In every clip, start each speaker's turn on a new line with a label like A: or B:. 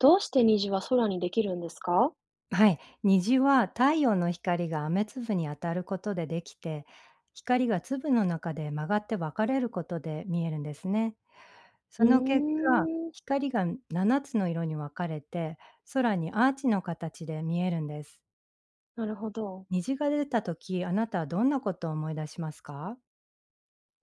A: どうして虹は空にできるんですか？
B: はい、虹は太陽の光が雨粒に当たることでできて、光が粒の中で曲がって分かれることで見えるんですね。
A: う
B: そ
A: ー
B: の結果、
A: ん、
B: 光が7つの色に分かれて、空にアーチの形で見えるんです。
A: なるほど。
B: 虹が出た時、あなたはどんなことを思い出しますか？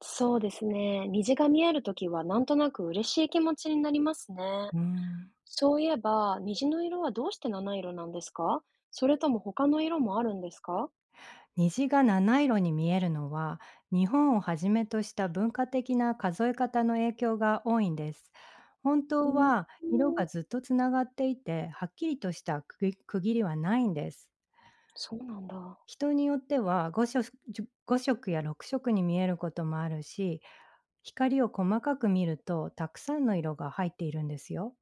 A: そうですね。虹が見えるときはなんとなく嬉しい気持ちになりますね。
B: うーん。
A: そういえば、虹の色はどうして七色なんですか？それとも他の色もあるんですか？
B: 虹が七色に見えるのは日本をはじめとした文化的な数え方の影響が多いんです。本
A: う
B: 当
A: ー
B: は色
A: ん、
B: がずっとつながっていてはっきりとした区切りはないんです。
A: そうなんだ。
B: 人によっては5色や6色に見えることもあるし、光を細かく見るとたくさんの色が入っているんですよ。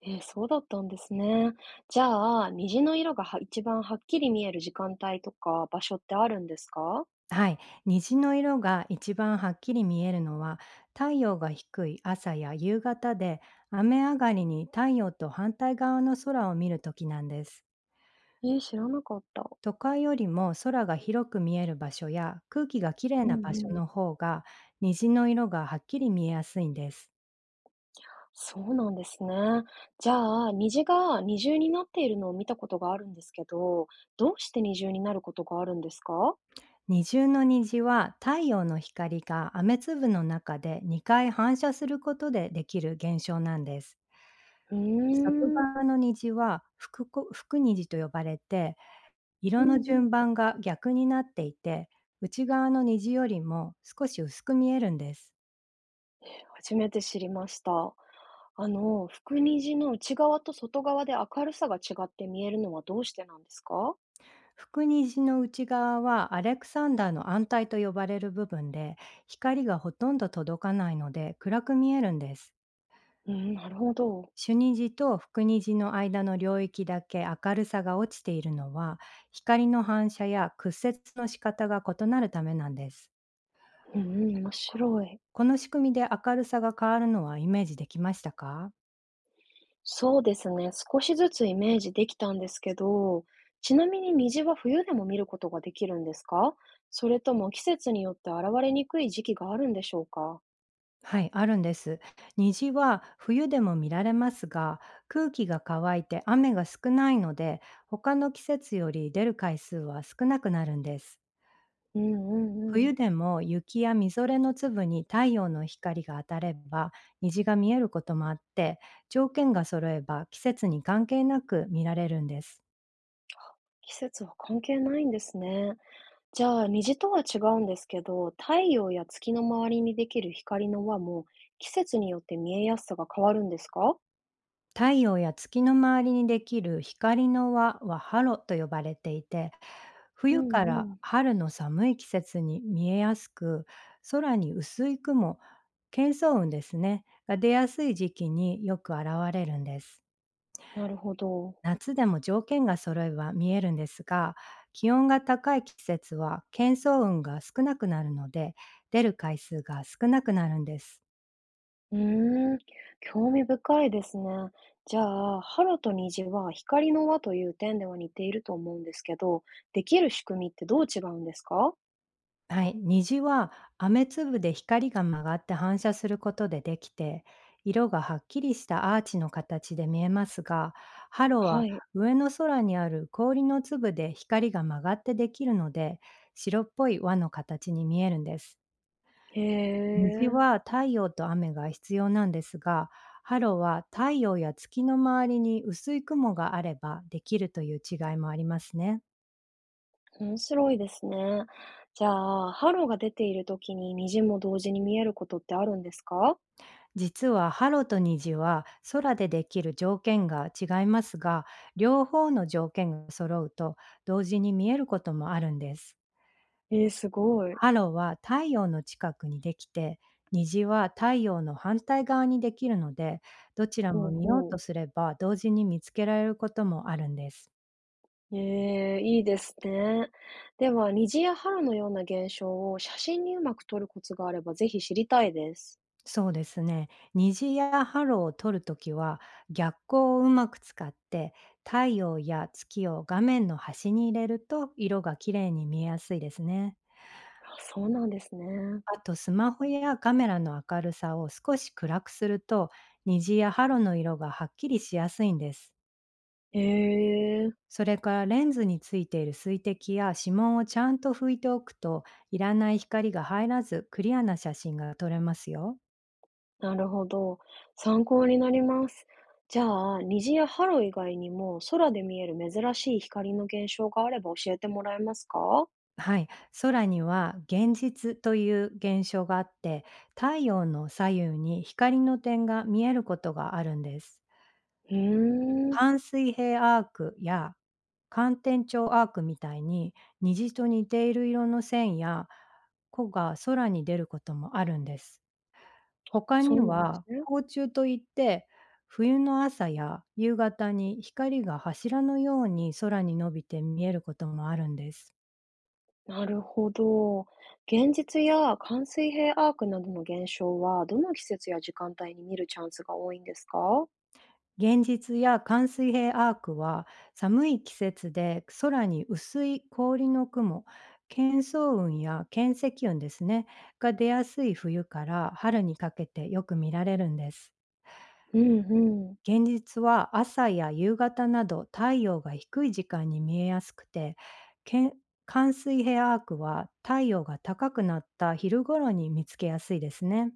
A: えー、そうだったんですね。じゃあ、虹の色がは一番はっきり見える時間帯とか場所ってあるんですか？
B: はい、虹の色が一番はっきり見えるのは太陽が低い朝や夕方で、雨上がりに太陽と反対側の空を見るときなんです。
A: えー、知らなかった。
B: 都会よりも空が広く見える場所や空気がきれい
A: うんう
B: な場所
A: ん。
B: の方が虹の色がはっきり見えやすいんです。
A: そうなんですね。じゃあ、虹が二重になっているのを見たことがあるんですけど、どうして二重になることがあるんですか？
B: 二重の虹は太陽の光が雨粒の中で2回反射することでできる現象なんです。
A: うー
B: 外
A: ん、
B: 側の虹は福虹と呼ばれて、
A: う
B: 色
A: ん
B: の
A: う
B: 順
A: ん。
B: 番が逆になっていて、内側の虹よりも少し薄く見えるんです。
A: 初めて知りました。あの、福虹の内側と外側で明るさが違って見えるのはどうしてなんですか？
B: 福虹の内側はアレクサンダーの暗帯と呼ばれる部分で、光がほとんど届かないので暗く見えるんです。
A: うん、なるほど。
B: 主虹と福虹の間の領域だけ明るさが落ちているのは、光の反射や屈折の仕方が異なるためなんです。
A: うんうん、面白い。
B: この仕組みで明るさが変わるのはイメージできましたか？
A: そうですね、少しずつイメージできたんですけど、ちなみに虹は冬でも見ることができるんですか？それとも季節によって現れにくい時期があるんでしょうか？
B: はい、あるんです。虹は冬でも見られますが、空気が乾いて雨が少ないので、他の季節より出る回数は少なくなるんです。
A: うんうんうん。
B: 冬でも雪やみぞれの粒に太陽の光が当たれば虹が見えることもあって、条件が揃えば季節に関係なく見られるんです。
A: 季節は関係ないんですね。じゃあ虹とは違うんですけど、太陽や月の周りにできる光の輪も季節によって見えやすさが変わるんですか？
B: 太陽や月の周りにできる光の輪はハロと呼ばれていて、
A: う
B: 冬か
A: んう
B: ら
A: ん。
B: 春の寒い季節に見えやすく、空に薄い雲、喧騒雲ですねが出やすい時期によく現れるんです。
A: なるほど。
B: 夏でも条件が揃えば見えるんですが、気温が高い季節は喧騒雲が少なくなるので、出る回数が少なくなるんです。
A: うーん、興味深いですね。じゃあ、ハロと虹は光の輪という点では似ていると思うんですけど、できる仕組みってどう違うんですか？
B: はい、虹は雨粒で光が曲がって反射することでできて、色がはっきりしたアーチの形で見えますが、ハロ
A: は
B: は
A: い。
B: 上の空にある氷の粒で光が曲がってできるので、白っぽい輪の形に見えるんです。
A: へ
B: 虹
A: え、
B: は太陽と雨が必要なんですが、ハロは太陽や月の周りに薄い雲があればできるという違いもありますね。
A: 面白いですね。じゃあ、ハロが出ている時に虹も同時に見えることってあるんですか？
B: 実はハロと虹は空でできる条件が違いますが、両方の条件が揃うと同時に見えることもあるんです。
A: えー、すごい。
B: ハロは太陽の近くにできて、虹は太陽の反対側にできるので、どちら
A: ほ
B: も
A: う
B: 見よう
A: ほ
B: と
A: う。
B: すれば同時に見つけられることもあるんです。
A: えー、いいですね。では、虹やハロのような現象を写真にうまく撮るコツがあれば、ぜひ知りたいです。
B: そうですね。虹やハローを撮るときは逆光をうまく使って太陽や月を画面の端に入れると色が綺麗に見えやすいですね。
A: あそうなんですね。
B: あとスマホやカメラの明るさを少し暗くすると虹やハロの色がはっきりしやすいんです。
A: ええ、
B: それからレンズについている水滴や指紋をちゃんと拭いておくといらない光が入らずクリアな写真が撮れますよ。
A: なるほど。参考になります。じゃあ、虹やハロ以外にも空で見える珍しい光の現象があれば教えてもらえますか？
B: はい、空には現実という現象があって太陽の左右に光の点が見えることがあるんです。
A: うーん、
B: 半水平アークや寒天頂アークみたいに虹と似ている色の線や子が空に出ることもあるんです。他
A: そ
B: に
A: うなんです
B: は
A: ね。
B: 光柱といって冬の朝や夕方に光が柱のように空に伸びて見えることもあるんです。
A: なるほど。現実や間水平アークなどの現象は、どの季節や時間帯に見るチャンスが多いんですか？
B: 現実や寒水平アークは寒い季節で空に薄い氷の雲、乾騒雲や巻積雲ですねが出やすい冬から春にかけてよく見られるんです。
A: うんうん。
B: 現実は朝や夕方など太陽が低い時間に見えやすくて、け寒水平アークは太陽が高くなった昼頃に見つけやすいですね。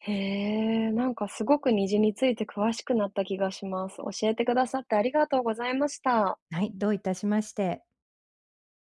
A: へえ、なんかすごく虹について詳しくなった気がします。教えてくださってありがとうございました。
B: はい、どういたしまして。